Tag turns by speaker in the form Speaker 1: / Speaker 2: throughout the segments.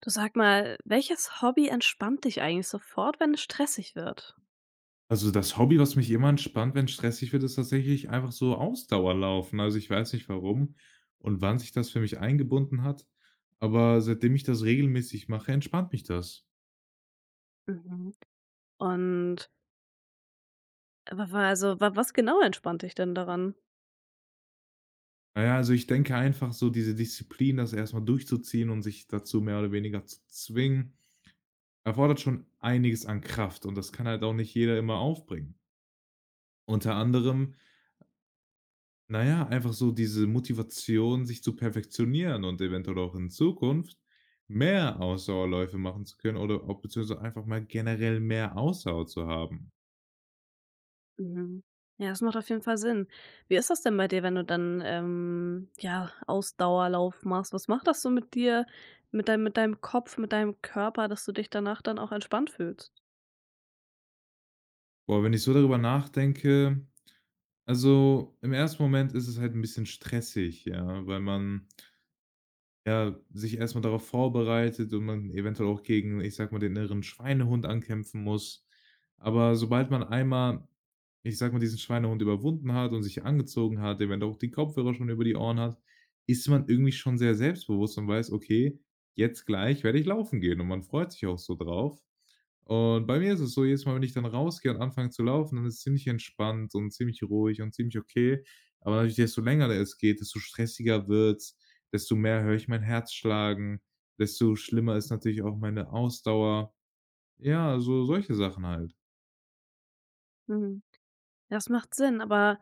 Speaker 1: Du sag mal, welches Hobby entspannt dich eigentlich sofort, wenn es stressig wird?
Speaker 2: Also das Hobby, was mich immer entspannt, wenn stressig wird, ist tatsächlich einfach so Ausdauerlaufen. Also ich weiß nicht warum und wann sich das für mich eingebunden hat, aber seitdem ich das regelmäßig mache, entspannt mich das.
Speaker 1: Mhm. Und wa wa also, wa was genau entspannt dich denn daran?
Speaker 2: Na ja, also ich denke einfach so diese Disziplin, das erstmal durchzuziehen und sich dazu mehr oder weniger zu zwingen, erfordert schon einiges an Kraft und das kann halt auch nicht jeder immer aufbringen. Unter anderem. Na ja, einfach so diese Motivation, sich zu perfektionieren und eventuell auch in Zukunft mehr Ausdauerläufe machen zu können oder auch beziehungsweise einfach mal generell mehr Ausdauer zu haben.
Speaker 1: Mhm. Ja, das macht auf jeden Fall Sinn. Wie ist das denn bei dir, wenn du dann, ja, Ausdauerlauf machst? Was macht das so mit dir, mit deinem Kopf, mit deinem Körper, dass du dich danach dann auch entspannt fühlst?
Speaker 2: Boah, wenn ich so darüber nachdenke, also im ersten Moment ist es halt ein bisschen stressig, ja, weil man. Ja, sich erstmal darauf vorbereitet und man eventuell auch gegen, ich sag mal, den inneren Schweinehund ankämpfen muss. Aber sobald man einmal, ich sag mal, diesen Schweinehund überwunden hat und sich angezogen hat, eventuell auch die Kopfhörer schon über die Ohren hat, ist man irgendwie schon sehr selbstbewusst und weiß: „Okay, jetzt gleich werde ich laufen gehen.“ Und man freut sich auch so drauf. Und bei mir ist es so, jedes Mal, wenn ich dann rausgehe und anfange zu laufen, dann ist es ziemlich entspannt und ziemlich ruhig und ziemlich okay. Aber natürlich, desto länger da es geht, desto stressiger wird's, desto mehr höre ich mein Herz schlagen, desto schlimmer ist natürlich auch meine Ausdauer. Ja, so solche Sachen halt.
Speaker 1: Mhm. Das macht Sinn. Aber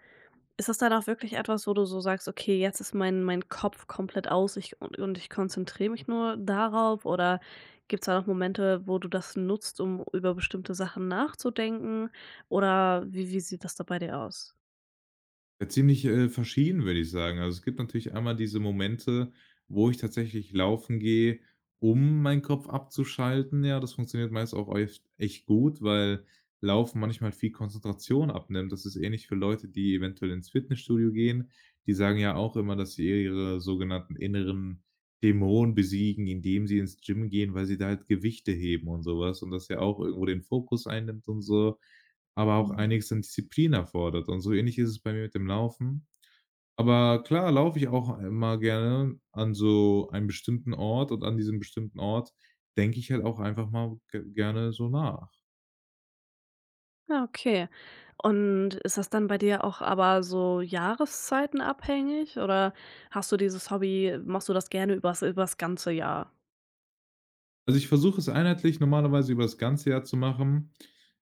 Speaker 1: ist das dann auch wirklich etwas, wo du so sagst: „Okay, jetzt ist mein Kopf komplett aus, ich und ich konzentriere mich nur darauf?“ Oder gibt es da noch Momente, wo du das nutzt, um über bestimmte Sachen nachzudenken? Oder wie sieht das da bei dir aus?
Speaker 2: Ja, ziemlich, verschieden, würde ich sagen. Also, es gibt natürlich einmal diese Momente, wo ich tatsächlich laufen gehe, um meinen Kopf abzuschalten. Ja, das funktioniert meist auch echt echt gut, weil Laufen manchmal viel Konzentration abnimmt. Das ist ähnlich für Leute, die eventuell ins Fitnessstudio gehen. Die sagen ja auch immer, dass sie ihre sogenannten inneren Dämonen besiegen, indem sie ins Gym gehen, weil sie da halt Gewichte heben und sowas und das ja auch irgendwo den Fokus einnimmt und so, aber auch
Speaker 1: Mhm.
Speaker 2: einiges an Disziplin erfordert. Und so ähnlich ist es bei mir mit dem Laufen. Aber klar laufe ich auch immer gerne an so einem bestimmten Ort und an diesem bestimmten Ort denke ich halt auch einfach mal ge gerne so nach.
Speaker 1: Ja, okay. Und ist das dann bei dir auch aber so Jahreszeiten abhängig oder hast du dieses Hobby machst du das gerne übers ganze Jahr?
Speaker 2: Also, ich versuche es einheitlich normalerweise über das ganze Jahr zu machen.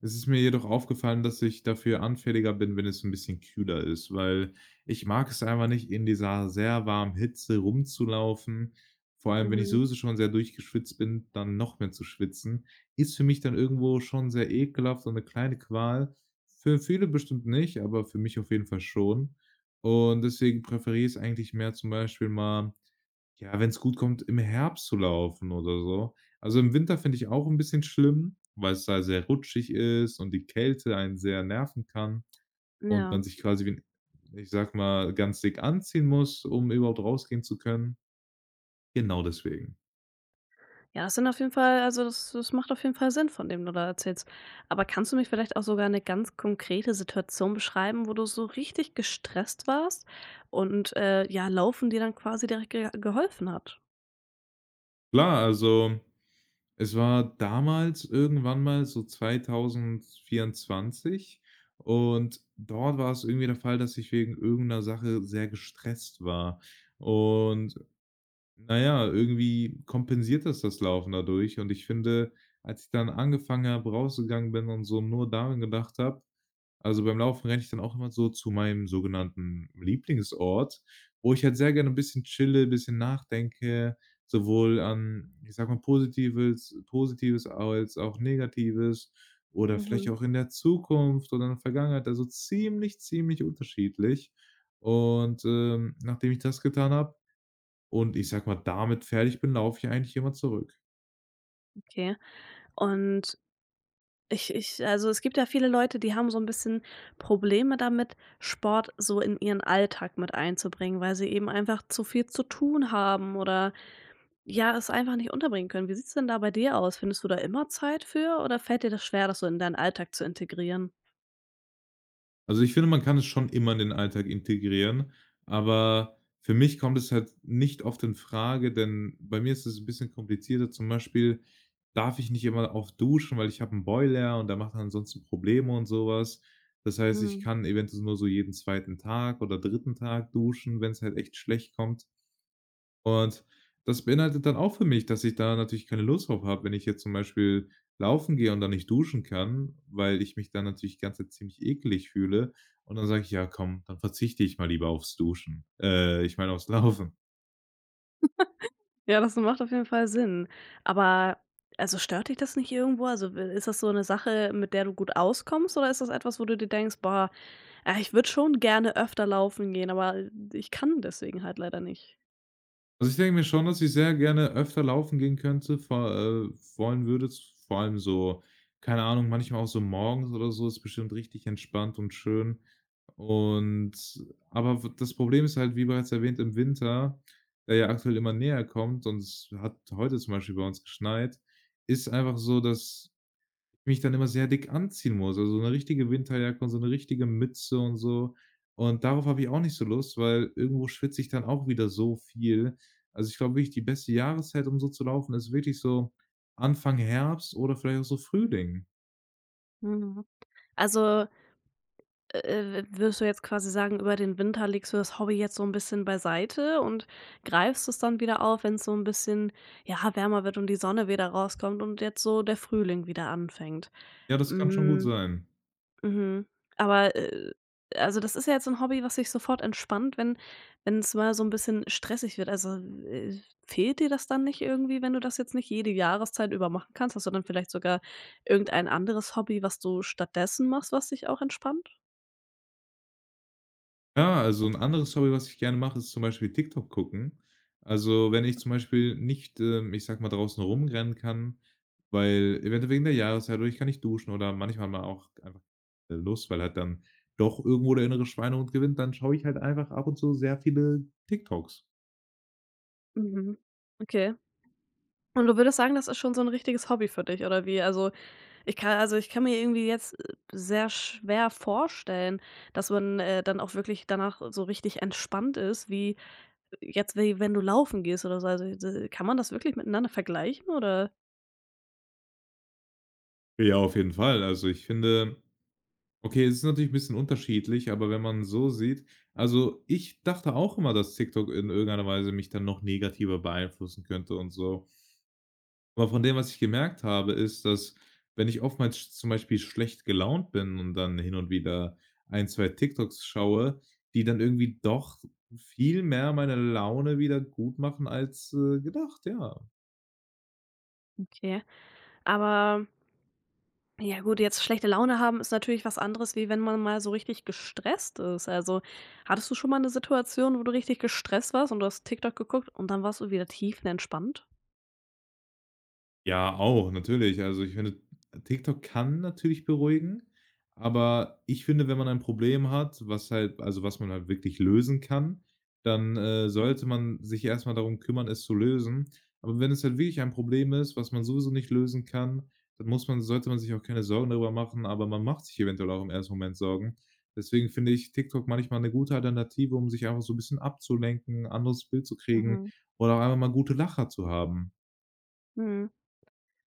Speaker 2: Es ist mir jedoch aufgefallen, dass ich dafür anfälliger bin, wenn es so ein bisschen kühler ist, weil ich mag es einfach nicht, in dieser sehr warmen Hitze rumzulaufen. Vor allem, wenn ich
Speaker 1: Mhm.
Speaker 2: sowieso schon sehr durchgeschwitzt bin, dann noch mehr zu schwitzen, ist für mich dann irgendwo schon sehr ekelhaft und eine kleine Qual. Für viele bestimmt nicht, aber für mich auf jeden Fall schon. Und deswegen präferiere ich es eigentlich mehr, zum Beispiel mal, ja, wenn es gut kommt, im Herbst zu laufen oder so. Also, im Winter finde ich auch ein bisschen schlimm, weil es da sehr rutschig ist und die Kälte einen sehr nerven kann und
Speaker 1: Ja.
Speaker 2: man sich quasi wie 'n, ich sag mal, ganz dick anziehen muss, um überhaupt rausgehen zu können. Genau deswegen.
Speaker 1: Ja, das sind auf jeden Fall, das macht auf jeden Fall Sinn, von dem du da erzählst. Aber kannst du mich vielleicht auch sogar eine ganz konkrete Situation beschreiben, wo du so richtig gestresst warst und, ja, Laufen dir dann quasi direkt ge geholfen hat?
Speaker 2: Klar, also, es war damals irgendwann mal so 2024 und dort war es irgendwie der Fall, dass ich wegen irgendeiner Sache sehr gestresst war. Und na ja, irgendwie kompensiert das das Laufen dadurch und ich finde, als ich dann angefangen habe, rausgegangen bin und so nur daran gedacht habe, also beim Laufen renne ich dann auch immer so zu meinem sogenannten Lieblingsort, wo ich halt sehr gerne ein bisschen chille, ein bisschen nachdenke, sowohl an, ich sag mal, Positives Positives als auch Negatives oder vielleicht
Speaker 1: Mhm,
Speaker 2: auch in der Zukunft oder in der Vergangenheit, also ziemlich, ziemlich unterschiedlich. Und nachdem ich das getan habe und ich sag mal, damit fertig bin, laufe ich eigentlich immer zurück.
Speaker 1: okay. Und es gibt ja viele Leute, die haben so ein bisschen Probleme damit, Sport so in ihren Alltag mit einzubringen, weil sie eben einfach zu viel zu tun haben oder ja, es einfach nicht unterbringen können. Wie sieht's denn da bei dir aus? Findest du da immer Zeit für oder fällt dir das schwer, das so in deinen Alltag zu integrieren?
Speaker 2: Also, ich finde, man kann es schon immer in den Alltag integrieren, aber für mich kommt es halt nicht oft in Frage, denn bei mir ist es ein bisschen komplizierter. Zum Beispiel darf ich nicht immer oft duschen, weil ich habe 'n Boiler und der macht dann ansonsten Probleme und sowas. Das heißt, ich
Speaker 1: Mhm.
Speaker 2: kann eventuell nur so jeden zweiten Tag oder dritten Tag duschen, wenn es halt echt schlecht kommt. Und das beinhaltet dann auch für mich, dass ich da natürlich keine Lust drauf habe, wenn ich jetzt zum Beispiel laufen gehe und dann nicht duschen kann, weil ich mich dann natürlich die ganze Zeit ziemlich eklig fühle. Und dann sage ich: „Ja, komm, dann verzichte ich mal lieber aufs Duschen.“ ich meine aufs Laufen.
Speaker 1: Ja, das macht auf jeden Fall Sinn. Aber also stört dich das nicht irgendwo? Also w Ist das so eine Sache, mit der du gut auskommst, oder ist das etwas, wo du dir denkst: „Boah, ah, ich würde schon gerne öfter laufen gehen, aber ich kann deswegen halt leider nicht?“
Speaker 2: Also, ich denke mir schon, dass ich sehr gerne öfter laufen gehen könnte, vor wollen würde, z vor allem so, keine Ahnung, manchmal auch so morgens oder so, ist bestimmt richtig entspannt und schön. Und aber w das Problem ist halt, wie bereits erwähnt, im Winter, der ja aktuell immer näher kommt und es hat heute zum Beispiel bei uns geschneit, ist einfach so, dass mich dann immer sehr dick anziehen muss. Also, so eine richtige Winterjacke und so eine richtige Mütze und so. Und darauf habe ich auch nicht so Lust, weil irgendwo schwitze ich dann auch wieder so viel. Also, ich glaube wirklich, die beste Jahreszeit, um so zu laufen, ist wirklich so Anfang Herbst oder vielleicht auch so Frühling.
Speaker 1: Mhm. Also Würdest du jetzt quasi sagen, über den Winter legst du das Hobby jetzt so ein bisschen beiseite und greifst es dann wieder auf, wenn es so ein bisschen, ja, wärmer wird und die Sonne wieder rauskommt und jetzt so der Frühling wieder anfängt.
Speaker 2: Ja, das kann schon gut
Speaker 1: Hm,
Speaker 2: sein.
Speaker 1: mhm. Aber, also, das ist ja jetzt so ein Hobby, was sich sofort entspannt, wenn es mal so ein bisschen stressig wird. Also, fehlt dir das dann nicht irgendwie, wenn du das jetzt nicht jede Jahreszeit über machen kannst? Hast du dann vielleicht sogar irgendein anderes Hobby, was du stattdessen machst, was dich auch entspannt?
Speaker 2: Ja, also ein anderes Hobby, was ich gerne mache, ist zum Beispiel TikTok gucken. Also, wenn ich zum Beispiel nicht ich sag mal, draußen rumrennen kann, weil eventuell wegen der Jahreszeit oder ich kann nicht duschen oder manchmal mal auch einfach Lust, weil halt dann doch irgendwo der innere Schweinehund gewinnt, dann schaue ich halt einfach ab und zu sehr viele TikToks.
Speaker 1: Mhm. Okay. Und du würdest sagen, das ist schon so 'n richtiges Hobby für dich oder wie? Ich kann mir irgendwie jetzt, sehr schwer vorstellen, dass man, dann auch wirklich danach so richtig entspannt ist, wie wenn du laufen gehst oder so. Also, d kann man das wirklich miteinander vergleichen? Oder
Speaker 2: Ja, auf jeden Fall. Also, ich finde, okay, es ist natürlich ein bisschen unterschiedlich, aber wenn man so sieht, also ich dachte auch immer, dass TikTok in irgendeiner Weise mich dann noch negativer beeinflussen könnte und so. Aber von dem, was ich gemerkt habe, ist, dass wenn ich oftmals sch zum Beispiel schlecht gelaunt bin und dann hin und wieder ein 2 TikToks schaue, die dann irgendwie doch viel mehr meine Laune wieder gut machen als gedacht, ja.
Speaker 1: okay. Aber ja gut, jetzt schlechte Laune haben ist natürlich was anderes, wie wenn man mal so richtig gestresst ist. Also, hattest du schon mal 'ne Situation, wo du richtig gestresst warst und du hast TikTok geguckt und dann warst du wieder tiefenentspannt?
Speaker 2: Ja, auch, natürlich. Also, ich finde, TikTok kann natürlich beruhigen, aber ich finde, wenn man ein Problem hat, was halt, also was man halt wirklich lösen kann, dann, sollte man sich erst mal darum kümmern, es zu lösen. Aber wenn es halt wirklich ein Problem ist, was man sowieso nicht lösen kann, dann muss man sollte man sich auch keine Sorgen darüber machen, aber man macht sich eventuell auch im ersten Moment Sorgen. Deswegen finde ich TikTok manchmal eine gute Alternative, um sich einfach so ein bisschen abzulenken, ein anderes Bild zu kriegen
Speaker 1: Mhm.
Speaker 2: oder auch einfach mal gute Lacher zu haben.
Speaker 1: Mhm.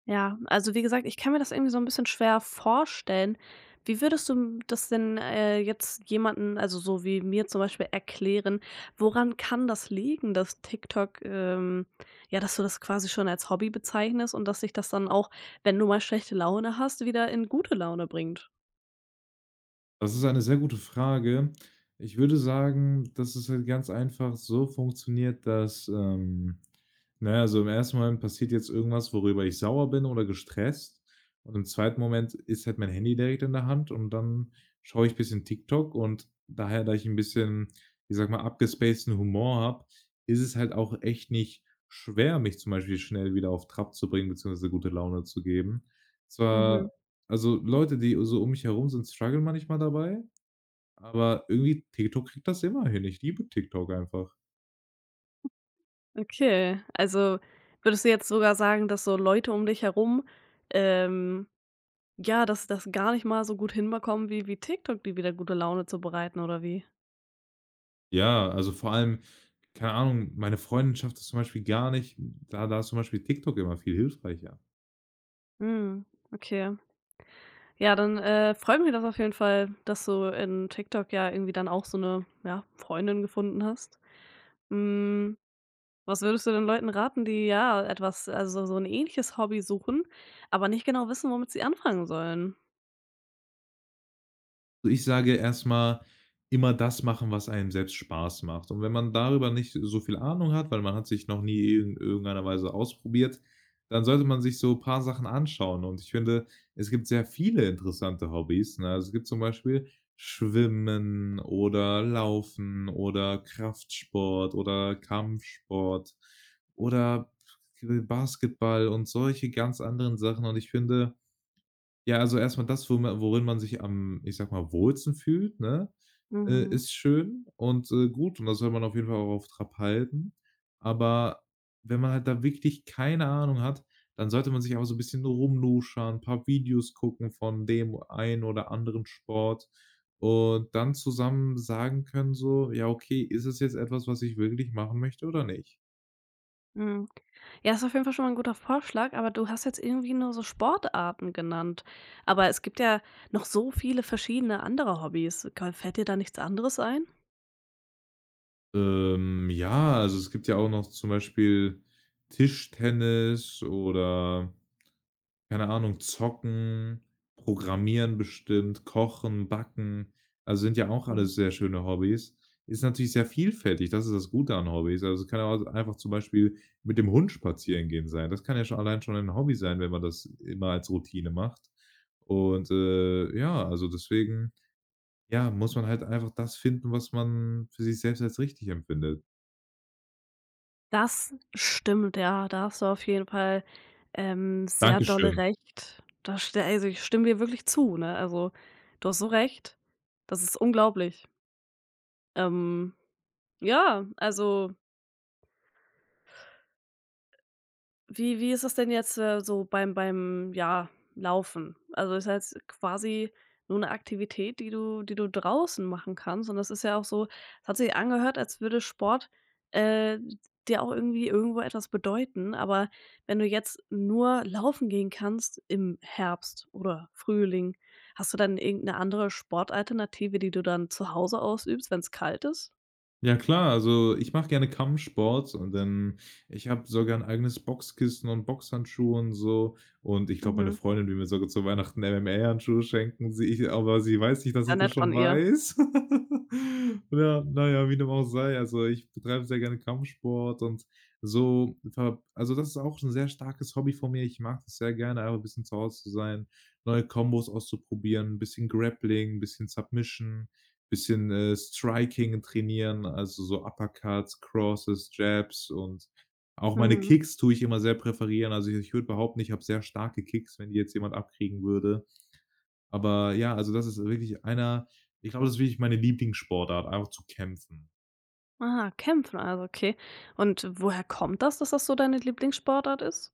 Speaker 1: Ja, also wie gesagt, ich kann mir das irgendwie so ein bisschen schwer vorstellen. Wie würdest du, das denn, jetzt jemanden, also so wie mir zum Beispiel, erklären? Woran kann das liegen, dass TikTok, ja, dass du das quasi schon als Hobby bezeichnest und dass sich das dann auch, wenn du mal schlechte Laune hast, wieder in gute Laune bringt?
Speaker 2: Das ist eine sehr gute Frage. Ich würde sagen, dass es halt ganz einfach so funktioniert, dass, na ja, also im ersten Moment passiert jetzt irgendwas, worüber ich sauer bin oder gestresst und im zweiten Moment ist halt mein Handy direkt in der Hand und dann schaue ich ein bisschen TikTok und daher, da ich ein bisschen, ich sage mal, abgespaceden Humor habe, ist es halt auch echt nicht schwer, mich zum Beispiel schnell wieder auf Trab zu bringen beziehungsweise gute Laune zu geben.
Speaker 1: Mhm.
Speaker 2: Zwar also, Leute, die so um mich herum sind, struggeln manchmal dabei, aber irgendwie TikTok kriegt das immer hin. Ich liebe TikTok einfach.
Speaker 1: Okay. Also, würdest du jetzt sogar sagen, dass so Leute um dich herum, ähm ja, dass das gar nicht mal so gut hinbekommen, wie TikTok, die wieder gute Laune zu bereiten, oder wie?
Speaker 2: Ja, also vor allem, keine Ahnung, meine Freundin schafft das zum Beispiel gar nicht. Da ist zum Beispiel TikTok immer viel hilfreicher.
Speaker 1: Mhm, okay. Ja, dann, freut mich das auf jeden Fall, dass du in TikTok ja irgendwie dann auch so eine, ja, Freundin gefunden hast. Hm, was würdest du den Leuten raten, die, ja, etwas, so ein ähnliches Hobby suchen, aber nicht genau wissen, womit sie anfangen sollen?
Speaker 2: Also, ich sage erstmal immer das machen, was einem selbst Spaß macht. Und wenn man darüber nicht so viel Ahnung hat, weil man hat sich noch nie in irgendeiner Weise ausprobiert, dann sollte man sich so ein paar Sachen anschauen. Und ich finde, es gibt sehr viele interessante Hobbys, ne? Also, es gibt zum Beispiel Schwimmen oder Laufen oder Kraftsport oder Kampfsport oder Basketball und solche ganz anderen Sachen. Und ich finde, ja, also erstmal das, wo ma worin man sich am, ich sage mal, wohlsten fühlt, ne,
Speaker 1: Mhm,
Speaker 2: ist schön und, gut und das soll man auf jeden Fall auch auf Trab halten. Aber wenn man halt da wirklich keine Ahnung hat, dann sollte man sich auch so 'n bisschen rumluschern, paar Videos gucken von dem einen oder anderen Sport und dann zusammen sagen können so: „Ja, okay, ist es jetzt etwas, was ich wirklich machen möchte oder nicht?“
Speaker 1: mhm. Ja, ist auf jeden Fall schon mal ein guter Vorschlag, aber du hast jetzt irgendwie nur so Sportarten genannt. Aber es gibt ja noch so viele verschiedene andere Hobbys. Ka Fällt dir da nichts anderes ein?
Speaker 2: Ja, also es gibt ja auch noch zum Beispiel Tischtennis oder, keine Ahnung, zocken, programmieren bestimmt, kochen, backen. Also, sind ja auch
Speaker 1: Mhm.
Speaker 2: alles sehr schöne Hobbys. Ist natürlich sehr vielfältig, das ist das Gute an Hobbys. Also, es kann ja auch einfach zum Beispiel mit dem Hund spazieren gehen sein. Das kann ja schon allein schon ein Hobby sein, wenn man das immer als Routine macht. Und, ja, also deswegen, ja, muss man halt einfach das finden, was man für sich selbst als richtig empfindet.
Speaker 1: Das stimmt, ja, da hast du auf jeden Fall, sehr dolle
Speaker 2: Dankeschön.
Speaker 1: recht. Ich stimme dir wirklich zu, ne? Also, du hast so recht. Das ist unglaublich. Ähm, ja, also wie ist das denn jetzt, so ja, Laufen? Also, ist das jetzt quasi nur eine Aktivität, die du draußen machen kannst, und das ist ja auch so, es hat sich angehört, als würde Sport, äh, dir auch irgendwie irgendwo etwas bedeuten, aber wenn du jetzt nur laufen gehen kannst im Herbst oder Frühling, hast du dann irgendeine andere Sportalternative, die du dann zu Hause ausübst, wenn es kalt ist?
Speaker 2: Ja klar, also ich mache gerne Kampfsport und dann ich habe sogar 'n eigenes Boxkissen und Boxhandschuhe und so. Und ich glaube, meine
Speaker 1: Mhm.
Speaker 2: Freundin will mir sogar zu Weihnachten MMA-Handschuhe schenken, sie ich aber sie weiß nicht, dass
Speaker 1: Sehr
Speaker 2: ich das
Speaker 1: nett
Speaker 2: schon
Speaker 1: von ihr.
Speaker 2: weiß. Ja, na ja, wie dem auch sei. Also, ich betreibe sehr gerne Kampfsport und so ver also, das ist auch 'n sehr starkes Hobby von mir. Ich mag das sehr gerne, einfach 'n bisschen zu Hause zu sein, neue Kombos auszuprobieren, 'n bisschen Grappling, 'n bisschen Submission, bisschen Striking trainieren, also so Uppercuts, Crosses, Jabs und auch meine
Speaker 1: Mhm.
Speaker 2: Kicks tue ich immer sehr präferieren. Also, ich würde behaupten, ich habe sehr starke Kicks, wenn die jetzt jemand abkriegen würde. Aber ja, also das ist wirklich einer, ich glaube, das ist wirklich meine Lieblingssportart, einfach zu kämpfen.
Speaker 1: Ah, kämpfen, also, okay. Und woher kommt das, dass das so deine Lieblingssportart ist?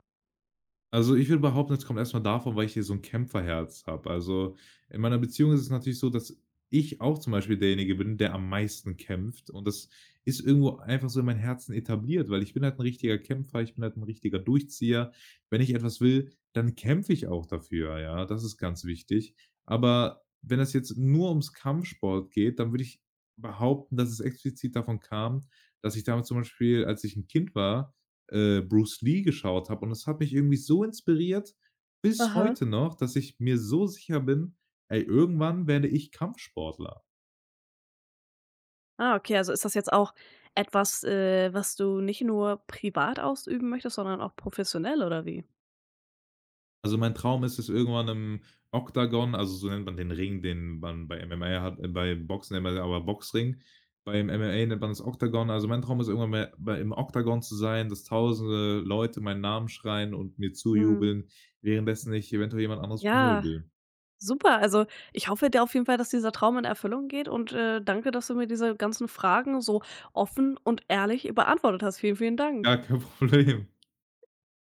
Speaker 2: Also, ich würde behaupten, es kommt erst mal davon, weil ich hier so ein Kämpferherz habe. Also, in meiner Beziehung ist es natürlich so, dass ich auch zum Beispiel derjenige bin, der am meisten kämpft und das ist irgendwo einfach so in meinem Herzen etabliert, weil ich bin halt ein richtiger Kämpfer, ich bin halt ein richtiger Durchzieher. Wenn ich etwas will, dann kämpfe ich auch dafür, ja, das ist ganz wichtig. Aber wenn es jetzt nur ums Kampfsport geht, dann würde ich behaupten, dass es explizit davon kam, dass ich damals zum Beispiel, als ich ein Kind war, Bruce Lee geschaut habe und das hat mich irgendwie so inspiriert bis
Speaker 1: Aha.
Speaker 2: heute noch, dass ich mir so sicher bin: „Ey, irgendwann werde ich Kampfsportler.“
Speaker 1: Ah, okay, also ist das jetzt auch etwas, was du nicht nur privat ausüben möchtest, sondern auch professionell oder wie?
Speaker 2: Also, mein Traum ist es, irgendwann im Oktagon, also so nennt man den Ring, den man bei MMA hat, bei Boxen nennt man den aber Boxring. Beim MMA nennt man das Oktagon. Also, mein Traum ist irgendwann mal bei im Oktagon zu sein, dass tausende Leute meinen Namen schreien und mir
Speaker 1: Mhm.
Speaker 2: zujubeln, währenddessen ich eventuell jemand anderes
Speaker 1: Ja,
Speaker 2: vermöbel.
Speaker 1: super. Also ich hoffe dir auf jeden Fall, dass dieser Traum in Erfüllung geht, und danke, dass du mir diese ganzen Fragen so offen und ehrlich beantwortet hast. Vielen, vielen Dank.
Speaker 2: Ja, kein Problem.